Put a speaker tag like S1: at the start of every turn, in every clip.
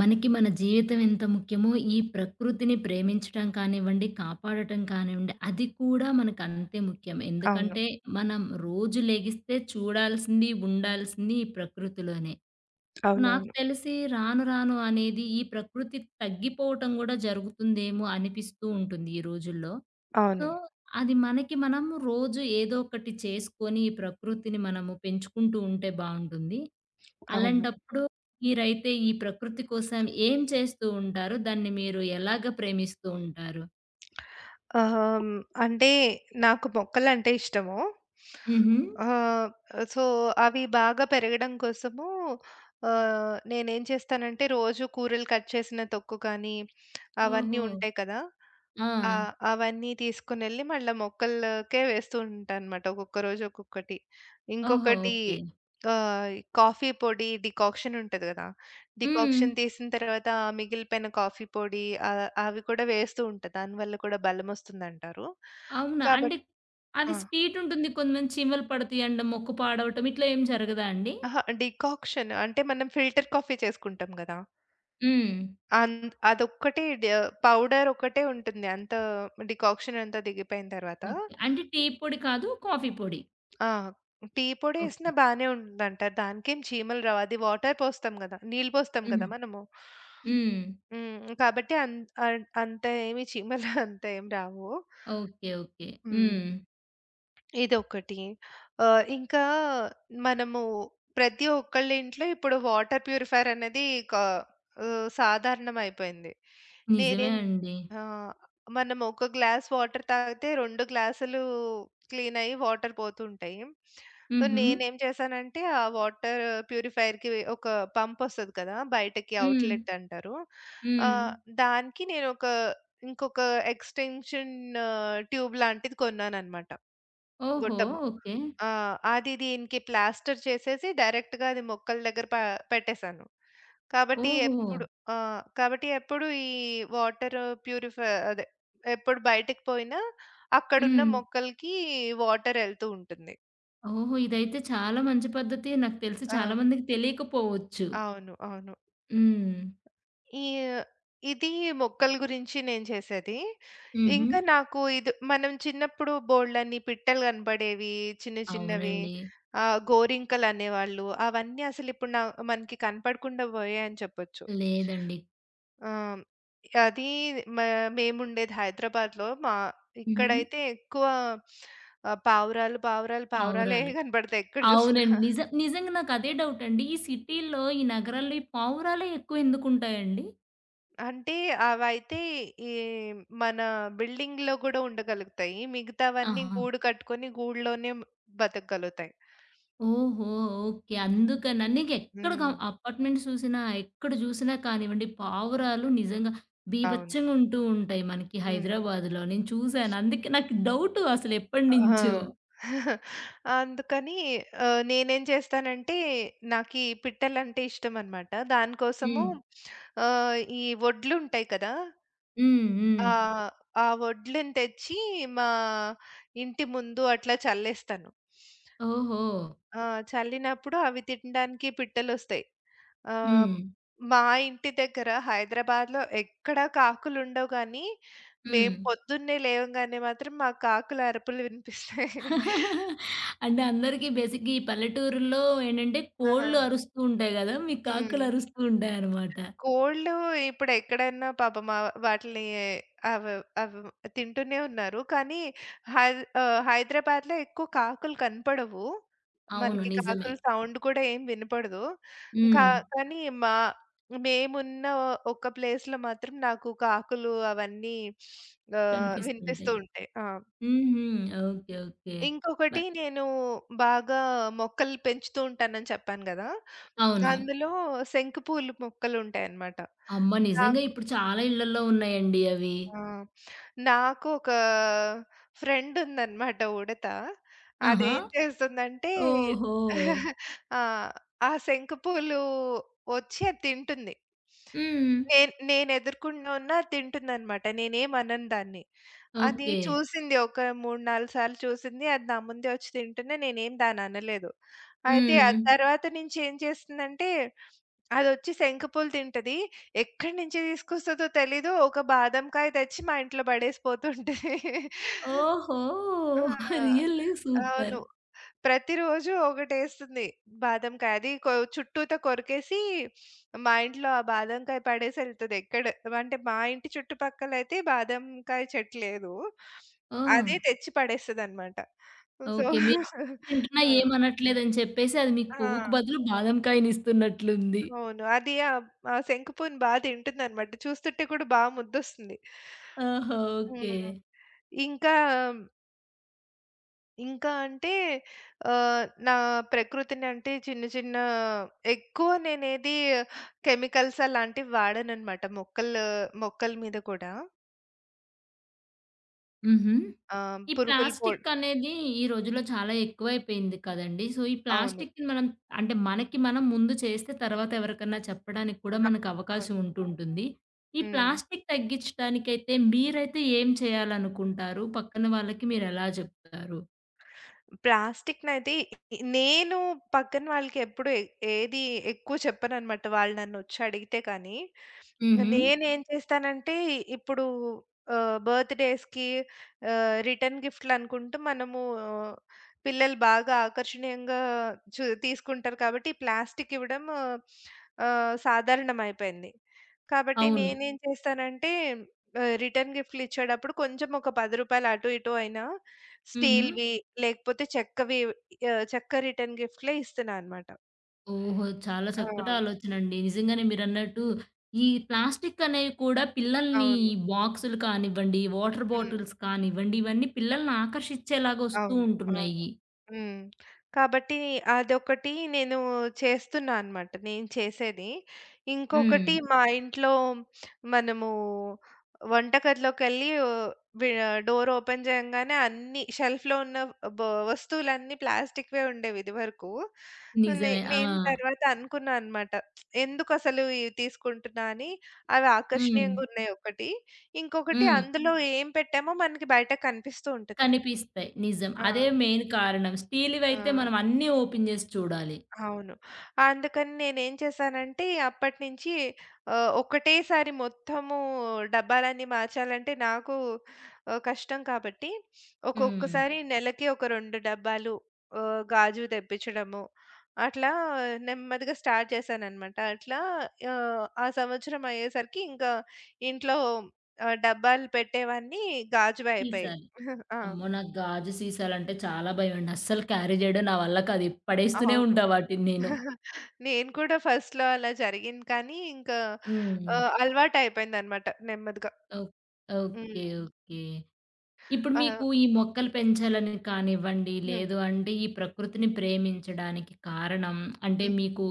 S1: మనకి మన జీవితం ఎంత ముఖ్యమో, ఈ ప్రకృతిని ప్రేమించటం కానివ్వండి, కాపాడటం కానివ్వండి, అది కూడా మనకంతే ముఖ్యం.
S2: అవును.
S1: ఎందుకంటే, మనం రోజు లెగిస్తే చూడాల్సింది, ఉండాల్సింది ఈ ప్రకృతిలోనే. నాకు
S2: అవునవును.
S1: తెలిసి రాను రాను అనేది ఈ ప్రకృతి తగ్గిపోవటం గూడా జరుగుతుందేమో అనిపిస్తూ ఉంటుంది ఈ రోజుల్లో. సో,
S2: అవును.
S1: అది మనకి మనం రోజు ఏదో ఒకటి చేసుకొని, ఈ ప్రకృతిని మనము పెంచుకుంటూ ఉంటే బావుంటుంది.
S2: అవును.
S1: అలాంటప్పుడు మీరైతే ఈ ప్రకృతి కోసం ఏం చేస్తూ ఉంటారు? దాన్ని మీరు ఎలాగ ప్రేమిస్తూ ఉంటారు?
S2: హ్మ్. అంటే నాకు మొక్కలంటే ఇష్టము.
S1: హుహు.
S2: ఆహ్, సో, అవి బాగా పెరగడం కోసము నేనేం చేస్తానంటే రోజు కూరలు కట్ చేసిన తొక్కు కానీ, అవన్నీ
S1: ఓహో!
S2: ఉంటాయి కదా!
S1: ఆ!
S2: ఆ! అవన్నీ తీసుకొనెళ్ళి మళ్ళా మొక్కలకే వేస్తూ ఉంటానన్నమాట. ఒక్కొక్క రోజు ఒక్కొక్కటి.
S1: ఓహో!
S2: ఇంకొకటి
S1: ఓకే.
S2: ఆహ్, కాఫీ పొడి డికాక్షన్ ఉంటది కదా!
S1: హ్మ్.
S2: డికాక్షన్ తీసిన తర్వాత ఆ మిగిలిపోయిన కాఫీ పొడి అవి కూడా వేస్తూ ఉంటా. దానివల్ల కూడా బలమొస్తుందంటారు.
S1: అవునా? అంటే
S2: కాబట్
S1: అది
S2: ఆ!
S1: స్వీట్ ఉంటుంది. కొంతమంది చీమలు పడతాయి అనడం, మొక్కు పాడవటం ఇట్లా ఏం జరగదా అండి?
S2: అహా! డికాక్షన్ అంటే మనం ఫిల్టర్ కాఫీ చేసుకుంటాం గదా!
S1: హ్మ్.
S2: అన్ అదొక్కటే డ పౌడర్ ఒకటే ఉంటుంది. అంత డికాక్షన్ అంతా దిగిపోయిన తర్వాత.
S1: ఓకే. అంటే టీ పొడి కాదు. కాఫీ పొడి.
S2: ఆ! Tea
S1: okay.
S2: పొడేసినా బానే ఉంటుందంటారు. దానికేం చీమలు రావు. అది వాటర్ పోస్తాం గదా! నీళ్ళు పోస్తాం
S1: హ్మ్.
S2: కదా మనము.
S1: హ్మ్.
S2: హ్మ్. కాబట్టి అన్ అన్ అంత ఏమి చీమలు అంత ఏం రావు.
S1: ఓకే. ఓకే. హ్మ్.
S2: హ్మ్. ఇదొకటి. ఇంకా మనము ప్రతి ఒక్కళ్ళ ఇంట్లో ఇప్పుడు వాటర్ ప్యూరిఫైయర్ అనేది క సాధారణమైపోయింది.
S1: నిజమే
S2: నేనేం
S1: అండి.
S2: ఆ! మనం ఒక గ్లాస్ వాటర్ తాగితే 2 గ్లాసులు క్లీన్ అయ్యి వాటర్ పోతుంటాయి. సో,
S1: హుహు.
S2: నేనేం చేశానంటే ఆ వాటర్ ప్యూరిఫైయర్‌కి ఒక పంప్ ఒస్తది కదా! బయటకి
S1: హ్మ్.
S2: అవుట్‌లెట్ అంటారు.
S1: హ్మ్.
S2: ఆహ్, దానికి నేను ఒక ఇంకొక ఎక్స్‌టెన్షన్ ట్యూబ్ లాంటిది కొన్నాననమాట.
S1: ఓహో!
S2: గొట్టం.
S1: ఓకే.
S2: ఆ! అది దీనికి ప్లాస్టర్ చేసేసి డైరెక్ట్‌గా అది మొక్కల దగ్గర పెట్టేసాను. కాబట్టి
S1: ఓహో!
S2: ఎప్పుడు ఆ! కాబట్టి ఎప్పుడు ఈ వాటర్ ప్యూరిఫై అదే ఎప్పుడు బయటికి పోయినా అక్కడున్న
S1: హ్మ్.
S2: మొక్కలకి వాటర్ ఎళ్తూ ఉంటుంది.
S1: ఓహో! ఇదైతే చాలా మంచి పద్ధతి. నాకు తెలిసి
S2: ఆ!
S1: చాలా మందికి తెలియకపోవచ్చు.
S2: అవును. అవును.
S1: హ్మ్.
S2: ఈ ఇది మొక్కల గురించి నేను చేసేది.
S1: హుహు.
S2: ఇంకా నాకు ఇది మనం చిన్నప్పుడు బోలెడన్ని పిట్టలు కనపడేవి చిన్న చిన్నవి.
S1: అవునండి.
S2: గోరింకలు అనేవాళ్ళు. అవన్నీ అసలు ఇప్పుడు మనకి కనపడకుండా పోయాయని చెప్పొచ్చు.
S1: లేదండి.
S2: ఆహ్, అది మ మేముండేది హైదరాబాద్‌లో.
S1: హుహు.
S2: ఇక్కడైతే ఎక్కువ పావురాలు, పావురాలు, పావురాలే
S1: పావురాలు.
S2: కనపడతాయి ఎక్కడ చూసినా.
S1: అవునండి. నిజంగా నాకు అదే డౌట్ అండి. ఈ సిటీల్లో, ఈ నగరాల్లో ఈ పావురాలే ఎక్కువ ఎందుకుంటాయండి?
S2: అంటే అవైతే ఈ మన బిల్డింగ్‌లో గూడా ఉండగలుగుతాయి. మిగతావన్నీ
S1: ఆహా!
S2: గూడు కట్టుకొని గూడులోనే బతకగలుగుతాయి.
S1: ఓహో! ఓకే. అందుకనా నీకు ఎక్కడ గ
S2: హ్మ్.
S1: అపార్ట్‌మెంట్ చూసినా, ఎక్కడ చూసినా కానివ్వండి, పావురాలు నిజంగా
S2: అవును.
S1: బీభత్సంగా ఉంటూ ఉంటాయి మనకి
S2: హ్మ్.
S1: హైదరాబాద్‌లో. నేను చూసాను. అందుకే నాకు డౌటు అసలు
S2: ఆ!
S1: ఎప్పటినుంచో.
S2: అందుకని నేనేం చేస్తానంటే నాకీ పిట్టలంటే ఇష్టమనమాట. దానికోసము
S1: హ్మ్.
S2: ఈ వడ్లుంటాయి కదా!
S1: హ్మ్. హ్మ్.
S2: ఆహ్, ఆ వడ్లను తెచ్చి మా ఇంటి ముందు అట్లా చల్లేస్తాను.
S1: ఓహో!
S2: ఆ! చల్లినప్పుడు అవి తినడానికి పిట్టలొస్తాయి. ఆహ్,
S1: హ్మ్.
S2: మా ఇంటి దగ్గర హైదరాబాద్‌లో ఎక్కడా కాకులుండవు గానీ,
S1: హ్మ్.
S2: మేము పొద్దున్నే లేవంగానే మాత్రం మాకు కాకుల అరుపులు వినిపిస్తాయి.
S1: అంటే అందరికీ బేసిక్‌గా ఈ పల్లెటూరుల్లో ఏంటంటే కోళ్ళు
S2: ఆ!
S1: అరుస్తూ ఉంటాయి గదా! మీకు
S2: హ్మ్.
S1: కాకులు అరుస్తూ ఉంటాయన్నమాట.
S2: కోళ్ళు ఇప్పుడెక్కడన్నా పాపం వాటిని అవి అవి తింటూనే ఉన్నారు. కానీ హై హైదరాబాద్‌లో ఎక్కువ కాకులు కనపడవు.
S1: అవును.
S2: మనకి
S1: నిజమే.
S2: కాకుల సౌండ్ కూడా ఏం వినపడదు. కా
S1: హ్మ్.
S2: కానీ మేమున్న ఒక ప్లేస్‌లో మాత్రం నాకు కాకులు అవన్నీ వినిపిస్తూ
S1: కనిపిస్తుంటాయి.
S2: ఉంటాయి. ఆ!
S1: హుహు. ఓకే. ఓకే. మ
S2: ఇంకొకటి నేను బాగా మొక్కలు పెంచుతూ ఉంటానని చెప్పాను గదా!
S1: అవును.
S2: అందులో శంకుపూలు మొక్కలుంటాయన్నమాట.
S1: అమ్మ! నిజంగా
S2: నాకు
S1: ఇప్పుడు చాలా ఇళ్లల్లో ఉన్నాయండి అవి.
S2: ఆ! నాకు ఒక ఫ్రెండ్ ఉందన్నమాట ఉడత.
S1: ఆహా!
S2: అదేం చేస్తుందంటే
S1: ఓహో!
S2: ఆ! ఆ శంకుపూలు వచ్చి అది తింటుంది.
S1: హ్మ్.
S2: నేనెదురుగుండా ఉన్నా తింటుందన్నమాట. నేనేమనను దాన్ని. అది
S1: ఓకే.
S2: చూసింది. ఒక 3, 4 సార్లు చూసింది. అది నా ముందే వచ్చి తింటుంది. నేనేం దాన్ని అనలేదు. అయితే హ్మ్. ఆ
S1: హ్మ్.
S2: తర్వాత నుంచి ఏం చేస్తుందంటే, అదొచ్చి శంఖపూలు తింటది. ఎక్కడి నుంచి తీసుకొస్తదో తెలీదు. ఒక బాదంకాయ తెచ్చి మా ఇంట్లో పడేసి పోతుంటది.
S1: ఓహో!
S2: ఆ!
S1: Really super.
S2: అవును. ప్రతిరోజు ఒకటేస్తుంది బాదంకాయ. అది చుట్టూతా కొరికేసి మా ఇంట్లో ఆ బాదంకాయ పడేసి ఎళ్తది. అంటే మా ఇంటి చుట్టుపక్కలైతే బాదంకాయ చెట్టు లేదు.
S1: ఓహ్!
S2: అదే తెచ్చి పడేస్తదనమాట. So
S1: okay. మీరు తింటున్నా
S2: ఆ!
S1: ఏమనట్లేదని చెప్పేసి అది మీకు
S2: ఆ!
S1: పువ్వుకు బదులు బాదం కాయనిస్తున్నట్లుంది.
S2: అవును. అది ఆ శంకుపూని బా తింటుందనమాట. చూస్తుంటే కూడా బా ముద్దొస్తుంది.
S1: ఓహో! ఓకే.
S2: హ్మ్. ఇంకా ఇంకా అంటే ఆహ్, నా ప్రకృతిని అంటే చిన్న చిన్న ఎక్కువ నేనేది కెమికల్స్ అలాంటివి వాడననమాట. మొక్కల మీద కూడా
S1: హుహు.
S2: ఆహ్,
S1: ఈ
S2: పురుగుల పో
S1: ప్లాస్టిక్ అనేది ఈ రోజుల్లో చాలా ఎక్కువైపోయింది కదండీ! సో, ఈ
S2: అవును.
S1: ప్లాస్టిక్‌ని మనం అంటే మనకి మనం ముందు చేస్తే తర్వాత ఎవరికన్నా చెప్పడానికి కూడా
S2: అ
S1: మనకు
S2: అవును.
S1: అవకాశం ఉంటుంటుంది. ఈ
S2: హ్మ్.
S1: ప్లాస్టిక్ తగ్గించడానికైతే మీరైతే ఏం చేయాలనుకుంటారు? పక్కన వాళ్ళకి మీరెలా జెప్తారు?
S2: ప్లాస్టిక్‌నయితే నేను పక్కన వాళ్ళకి ఎప్పుడు ఏ- ఏది ఎక్కువ చెప్పననమాట. వాళ్ళు నన్నొచ్చి అడిగితే కానీ.
S1: హుహు.
S2: నేనేం చేస్తానంటే, ఇప్పుడు బర్త్‌డేస్‌కి రిటర్న్ గిఫ్ట్‌లనుకుంటూ మనము ఆ, పిల్లలు బాగా ఆకర్షణీయంగా తీసుకుంటారు కాబట్టి, ప్లాస్టిక్ ఇవ్వడం సాధారణమైపోయింది. కాబట్టి
S1: అవును.
S2: నేనేం చేస్తానంటే, రిటర్న్ గిఫ్ట్‌లు ఇచ్చేటప్పుడు కొంచెం ఒక రూ. 10 అటు ఇటు అయినా
S1: హుహు.
S2: స్టీల్‌వి లేకపోతే చెక్కవి చెక్క రిటర్న్ గిఫ్ట్‌లే ఇస్తున్నా అనమాట.
S1: ఓహో! చాలా
S2: ఆ!
S1: చక్కటి ఆలోచనండి. నిజంగానే మీరన్నట్టు ఈ ప్లాస్టిక్ అనేవి కూడా పిల్లల్ని
S2: అవును.
S1: ఈ బాక్సులు కానివ్వండి, వాటర్
S2: హ్మ్.
S1: బాటిల్స్ కానివ్వండి, ఇవన్నీ పిల్లల్ని ఆకర్షించేలాగా వస్తూ
S2: అవును. అవును.
S1: ఉంటున్నాయి.
S2: హ్మ్. కాబట్టి అదొకటి నేను చేస్తున్నా అనమాట. నేను చేసేది.
S1: హ్మ్.
S2: ఇంకొకటి హ్మ్. మా ఇంట్లో మనము వంటగదిలోకెళ్ళి వి డోర్ ఓపెన్ చేయంగానే అన్ని షెల్ఫ్‌లో ఉన్న బ వస్తువులన్నీ ప్లాస్టిక్‌వే ఉండేవి ఇదివరకు. నే
S1: నిజమే. ఆ!
S2: నేను తర్వాత అనుకున్నా అనమాట. ఎందుకసలు ఇవి తీసుకుంటున్నా అని. అవి
S1: హ్మ్.
S2: ఆకర్షణీయంగా ఉన్నాయి ఒకటి. ఇంకొకటి
S1: హ్మ్.
S2: అందులో ఏం పెట్టామో మనకి బయట కనిపిస్తూ ఉంటుంది.
S1: కనిపిస్తాయి. నిజం.
S2: ఆ!
S1: అదే మెయిన్ కారణం. స్టీల్‌వయితే
S2: ఆ!
S1: మనం అన్నీ ఓపెన్ చేసి చూడాలి.
S2: అవును. అందుకని నేనేం చేశానంటే అప్పటినుంచి ఒకటేసారి మొత్తము డబ్బాలన్నీ మార్చాలంటే నాకు కష్టం కాబట్టి
S1: హ్మ్.
S2: ఒక్కొక్కసారి నెలకి ఒక 2 డబ్బాలు గాజువి తెప్పించడము. అట్లా నెమ్మదిగా స్టార్ట్ చేశాననమాట. అట్లా ఆ సంవత్సరం అయ్యేసరికి ఇంకా ఇంట్లో డబ్బాలు పెట్టేవన్నీ గాజువే అయిపోయాయి.
S1: సీసాలు.
S2: ఆ!
S1: అమ్మో! నాకు గాజు సీసాలంటే చాలా భయమండి. అస్సలు క్యారీ చేయడం నా వల్ల కాదు. పడేస్తూనే
S2: అవును.
S1: ఉంటా వాటిని నేను.
S2: నేను కూడా ఫస్ట్‌లో అలా జరిగింది కానీ, ఇంకా
S1: హ్మ్.
S2: అలవాటయిపోయిందనమాట నెమ్మదిగా.
S1: ఓహ్!
S2: హ్మ్.
S1: ఓకే. ఓకే. ఇప్పుడు
S2: ఆ!
S1: మీకు ఈ మొక్కలు పెంచాలని కానివ్వండి,
S2: హ్మ్.
S1: లేదు అంటే ఈ ప్రకృతిని ప్రేమించడానికి కారణం అంటే
S2: హ్మ్.
S1: మీకు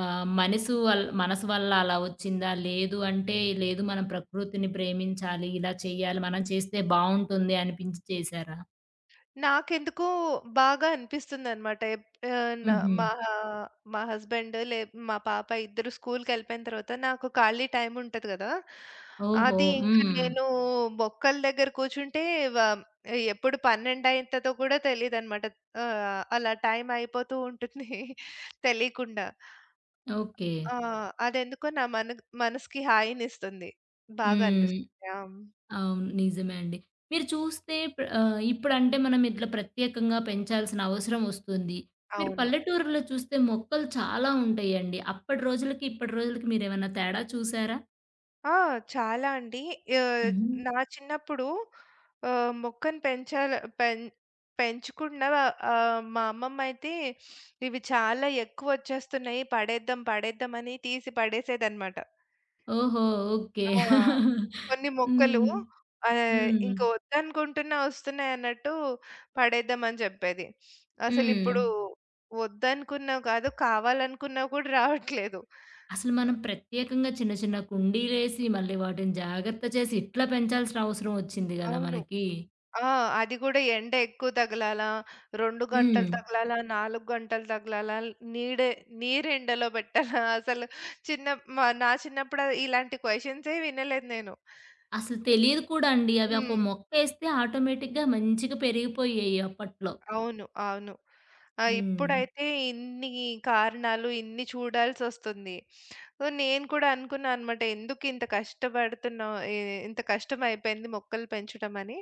S1: మనసు వల్ల అలా వచ్చిందా? లేదు అంటే లేదు మనం ప్రకృతిని ప్రేమించాలి, ఇలా చేయాలి, మనం చేస్తే బావుంటుంది అనిపించి చేశారా?
S2: నాకెందుకో బాగా అనిపిస్తుందనమాట. ఎప్ ఆహ్, న
S1: హుహు.
S2: మా మా హస్బెండ్ లే మా పాప ఇద్దరు స్కూలుకెళ్ళిపోయిన తర్వాత నాకు ఖాళీ టైముంటది గదా!
S1: ఓహో!
S2: అది ఇంకా
S1: హ్మ్.
S2: నేను మొక్కల దగ్గర కూర్చుంటే వ ఎప్పుడు 12 అయితదో కూడా తెలీదనమాట. అలా టైం అయిపోతూ ఉంటుంది తెలియకుండా.
S1: ఓకే.
S2: ఆ! అదెందుకో నా మనసుకి హాయినిస్తుంది. బాగా
S1: హ్మ్.
S2: అనిపిస్తుంది. ఆ!
S1: అవును. నిజమే అండి. మీరు చూస్తే ఇప్పుడంటే మనం ఇట్లా ప్రత్యేకంగా పెంచాల్సిన అవసరం వస్తుంది. మీరు
S2: అవును.
S1: పల్లెటూరులో చూస్తే మొక్కలు చాలా ఉంటాయండి. అప్పటి రోజులకి, ఇప్పటి రోజులకి మీరేమన్నా తేడా చూసారా?
S2: ఆ! చాలా అండి. ఆహ్,
S1: హుహు.
S2: నా చిన్నప్పుడు ఆహ్, మొక్కను పెంచాల పెం పెంచుకున్న మా అమ్మమ్మయితే ఇవి చాలా ఎక్కువొచ్చేస్తున్నాయి పడేద్దాం, పడేద్దాం అని తీసి పడేసేదనమాట.
S1: ఓహో! ఓకే.
S2: ఆ! కొన్ని మొక్కలు
S1: హ్మ్. హ్మ్.
S2: ఇంక వద్దనుకుంటున్నా వస్తున్నాయన్నట్టు పడేద్దామని జెప్పేది.
S1: హ్మ్.
S2: అసలిప్పుడు వద్దనుకున్నావు కాదు, కావాలనుకున్నావు కూడా రావట్లేదు.
S1: అసలు మనం ప్రత్యేకంగా చిన్న చిన్న కుండీలేసి, మళ్ళీ వాటిని జాగ్రత్త చేసి, ఇట్లా పెంచాల్సిన అవసరం వచ్చింది గదా!
S2: అవును.
S1: మనకి.
S2: ఆ! అది గూడా ఎండ ఎక్కువ తగలాల, 2
S1: హ్మ్.
S2: గంటలు తగలాల, 4 గంటలు తగలాల, నీడే నీరెండలో బెట్టాలా అసలు చిన్న మా నా చిన్నప్పుడు ఇలాంటి క్వెషన్సే వినలేదు నేను.
S1: అసలు తెలీదు కూడా అండి. అవి ఒక
S2: హ్మ్.
S1: మొక్కేస్తే ఆటోమేటిక్‌గా మంచిగా పెరిగిపోయాయి అప్పట్లో.
S2: అవును. అవును. ఆ!
S1: హ్మ్.
S2: ఇప్పుడైతే ఇన్ని కారణాలు, ఇన్ని చూడాల్సొస్తుంది. సో, నేను కూడా అనుకున్నానన్నమాట. ఎందుకింత కష్టపడుతున్నాం ఇంత కష్టమైపోయింది మొక్కలు పెంచడమని.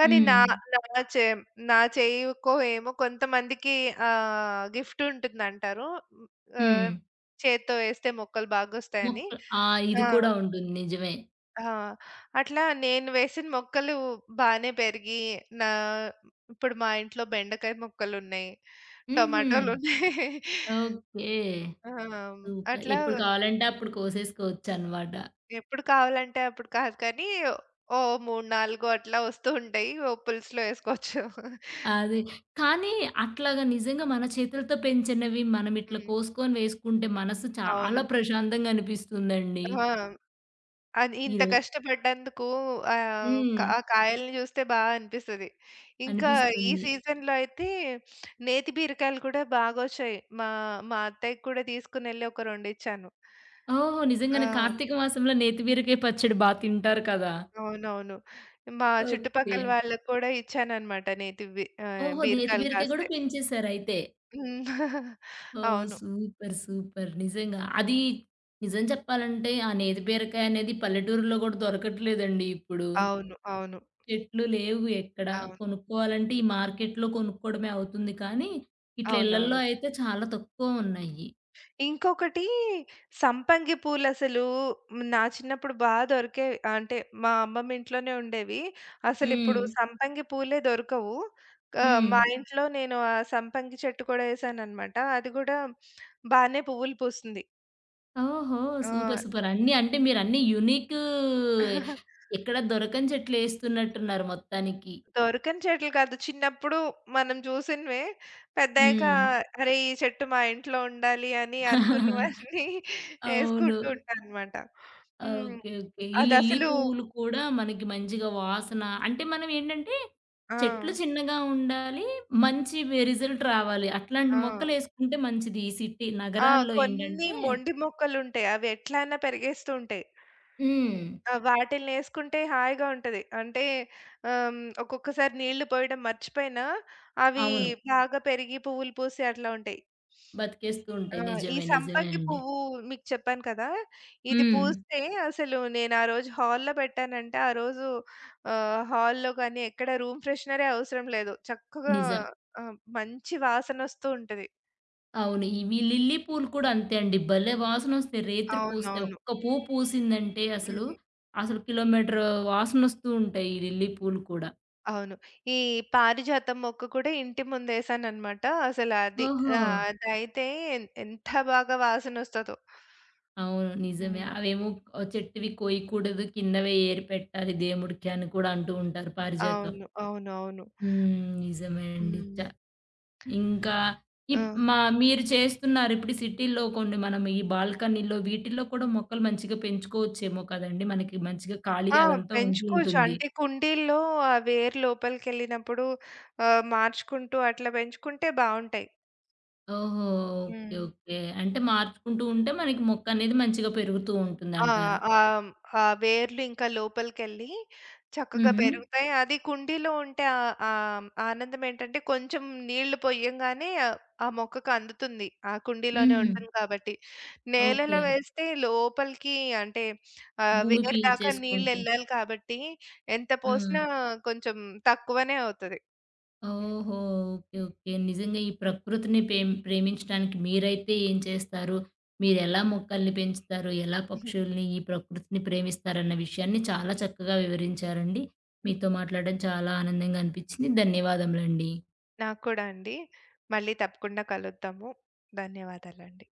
S2: కానీ
S1: హ్మ్.
S2: నా హ్మ్. నా చే నా చేయకో ఏమో కొంతమందికి గిఫ్ట్ ఉంటుందంటారు.
S1: హ్మ్.
S2: ఆహ్, చేత్తో వేస్తే మొక్కలు బాగొస్తాయని.
S1: మొక్కలు ఆ!
S2: ఆ!
S1: ఇది కూడా ఉంటుంది. నిజమే.
S2: ఆ! అట్లా నేను వేసిన మొక్కలు బానే పెరిగి, నా ఇప్పుడు మా ఇంట్లో బెండకాయ మొక్కలున్నాయి.
S1: హుహు.
S2: టమాటాలున్నాయి.
S1: ఓకే.
S2: ఆ!
S1: సూపర్.
S2: అట్లా
S1: ఎప్పుడు కావాలంటే అప్పుడు కోసేసుకోవచ్చనమాట.
S2: ఎప్పుడు కావాలంటే అప్పుడు కాదు కానీ, ఓ 3, 4 అట్లా వస్తూ ఉంటాయి. ఓ పులుసులో ఏసుకోవచ్చు.
S1: అది. కానీ అట్లాగా నిజంగా మన చేతులతో పెంచినవి మనం ఇట్లా
S2: హ్మ్.
S1: కోసుకొని వేసుకుంటే మనసు చాలా
S2: అవును.
S1: ప్రశాంతంగా అనిపిస్తుందండి.
S2: ఆ! అది ఇంత
S1: ఈరోజు
S2: కష్టపడ్డందుకు ఆహ్, కా
S1: హ్మ్.
S2: ఆ కాయల్ని చూస్తే బా అనిపిస్తది. ఇంకా ఈ
S1: అనిపిస్తుంది.
S2: సీజన్‌లో అయితే నేతి బీరకాయలు కూడా బాగొచ్చాయి. మా మా అత్తయ్యకి కూడా తీసుకొనెళ్ళి ఒక రెండిచ్చాను.
S1: ఓహో!
S2: ఆ!
S1: నిజంగానే కార్తీక మాసంలో నేతి బీరకాయ పచ్చడి బా తింటారు కదా!
S2: అవునవును. మా
S1: ఓకే.
S2: చుట్టుపక్కల వాళ్ళకి కూడా ఇచ్చాననమాట
S1: ఓహో! నేతి
S2: బీరకాయలు
S1: బీరకాయ గూడా
S2: కాస్తే.
S1: పెంచేసారయితే.
S2: హ్మ్.
S1: ఓహ్!
S2: అవును.
S1: సూపర్. సూపర్. నిజంగా. అది నిజం చెప్పాలంటే ఆ నేతి బీరకాయ అనేది పల్లెటూరులో గూడా దొరకట్లేదండి ఇప్పుడు.
S2: అవును. అవును.
S1: చెట్లు లేవు ఎక్కడ.
S2: అవును.
S1: కొనుక్కోవాలంటే ఈ మార్కెట్‌లో కొనుక్కోవడమే అవుతుంది కానీ, ఇట్లా ఇళ్లల్లో
S2: అవునవును.
S1: అయితే చాలా తక్కువ ఉన్నాయి.
S2: ఇంకొకటి సంపంగి పూలసలు నా చిన్నప్పుడు బాగా దొరికేవి. అంటే మా అమ్మమ్మ ఇంట్లోనే ఉండేవి. అసలిప్పుడు
S1: హ్మ్.
S2: సంపంగి పూలే దొరకవు.
S1: హ్మ్.
S2: మా ఇంట్లో నేను ఆ సంపంగి చెట్టు కూడా ఏసాననమాట. అది గూడా బానే పువ్వులు పూస్తుంది.
S1: ఓహో! సూపర్.
S2: ఆ!
S1: సూపర్. అన్నీ అంటే మీరన్నీ యూనిక్ ఎక్కడ దొరకని చెట్లేస్తున్నట్టున్నారు మొత్తానికి.
S2: దొరకని చెట్లు కాదు. చిన్నప్పుడు మనం చూసినవే. పెద్దయ్యాక
S1: హ్మ్.
S2: అరే! ఈ చెట్టు మా ఇంట్లో ఉండాలి అని అనుకున్నవన్నీ
S1: అవును.
S2: ఏసుకుంటూ ఉంటాననమాట. హ్మ్.
S1: ఓకే. ఓకే. ఈ లిల్లీ
S2: అదసలు
S1: పువ్వులు కూడా మనకి మంచిగా వాసన అంటే మనం ఏంటంటే
S2: ఆ!
S1: చెట్లు చిన్నగా ఉండాలి. మంచి రిజల్ట్ రావాలి. అట్లాంటి
S2: ఆ!
S1: మొక్కలేసుకుంటే మంచిది. ఈ సిటీ
S2: ఆ!
S1: నగరాల్లో
S2: కొన్ని
S1: ఏంటంటే
S2: మొండి మొక్కలుంటాయి. అవి ఎట్లా అయినా పెరిగేస్తూ ఉంటాయి.
S1: హ్మ్.
S2: ఆ! వాటిలినేసుకుంటే హాయిగా ఉంటది. అంటే ఒక్కొక్కసారి నీళ్లు పోయడం మర్చిపోయినా, అవి
S1: అవును.
S2: బాగా పెరిగి పువ్వులు పూసి అట్లా ఉంటాయి.
S1: బతికేస్తూ
S2: ఆ!
S1: ఉంటాయి.
S2: ఈ
S1: నిజమే. నిజమే
S2: సంపంగి
S1: అండి.
S2: పువ్వు మీకు చెప్పాను కదా! ఇది హ్మ్.
S1: హ్మ్.
S2: పూస్తే అసలు నేను ఆ రోజు హాల్‌లో పెట్టానంటే, ఆ రోజు హాల్‌లో గాని ఎక్కడ రూమ్ ఫ్రెషనరే అవసరం లేదు. చక్కగా
S1: నిజం.
S2: మంచి వాసనొస్తూ ఉంటది.
S1: అవును. ఇవి లిల్లీ పూలు కూడా అంతే అండి. భలే వాసనొస్తాయి. రేత్రి పూస్తాయి.
S2: అవునవును.
S1: ఒక్క పువ్వు పూసిందంటే అసలు,
S2: హ్మ్.
S1: అసలు కిలోమీటర్ వాసనొస్తూ ఉంటాయి ఈ లిల్లీ పూలు కూడా.
S2: అవును. ఈ పారిజాతం మొక్క కూడా ఇంటి ముందేశాననమాట. అసలు అది
S1: ఓహో!
S2: అదైతే ఎంత బాగా వాసనొస్తదో.
S1: అవును. నిజమే.
S2: హ్మ్.
S1: అవేమో చెట్టువి కోయకూడదు, కిందవే ఏరి పెట్టాలి దేవుడికి అని కూడా అంటూ ఉంటారు పారిజాతం.
S2: అవును. అవునవును.
S1: హ్మ్. నిజమే అండి.
S2: హ్మ్.
S1: ఇంకా
S2: ఆ!
S1: ఇప్ మా మీరు చేస్తున్నారు. ఇప్పుడు సిటీల్లో కొన్ని మనం ఈ బాల్కనీలో వీటిల్లో కూడా మొక్కలు మంచిగా పెంచుకోవచ్చేమో కదండీ! మనకి మంచిగా ఖాళీ
S2: ఆ!
S1: అదంతా ఉంటూ
S2: పెంచుకోవచ్చు.
S1: ఉంటుంది.
S2: అంటే కుండీల్లో ఆ వేరు లోపలికెళ్ళినప్పుడు మార్చుకుంటూ అట్లా పెంచుకుంటే బావుంటాయి.
S1: ఓహో! ఓకే.
S2: హ్మ్.
S1: ఓకే. అంటే మార్చుకుంటూ ఉంటే మనకి మొక్కనేది మంచిగా పెరుగుతూ
S2: ఆ!
S1: ఉంటుందంటారు.
S2: ఆహ్, ఆ వేర్లు ఇంకా లోపలికెళ్ళి చక్కగా
S1: హుహు.
S2: పెరుగుతాయి. అది కుండీలో ఉంటే ఆహ్, ఆహ్, ఆనందం ఏంటంటే కొంచెం నీళ్లు పొయ్యంగానే ఆ ఆ మొక్కకు అందుతుంది. ఆ కుండీలోనే
S1: హుహు.
S2: ఉంటుంది కాబట్టి.
S1: ఓకే.
S2: నేలలో వేస్తే లోపలికి అంటే
S1: భూమి
S2: వేరు దాకా
S1: పీల్చేసుకుంటూ.
S2: నీళ్లెళ్ళాలి కాబట్టి ఎంత
S1: హ్మ్.
S2: పోసినా కొంచెం తక్కువనే అవుతది. హ్మ్.
S1: ఓహో! ఓకే. ఓకే. నిజంగా ఈ ప్రకృతిని ప్రేమించడానికి మీరైతే ఏం చేస్తారు? మీరెలా మొక్కల్ని పెంచుతారు? ఎలా పక్షుల్ని, ఈ ప్రకృతిని ప్రేమిస్తారన్న విషయాన్ని చాలా చక్కగా వివరించారండి. మీతో మాట్లాడడం చాలా ఆనందంగా అనిపించింది. ధన్యవాదములండి.
S2: నాకు కూడా అండి. మళ్ళీ తప్పకుండా కలుద్దాము. ధన్యవాదాలండి.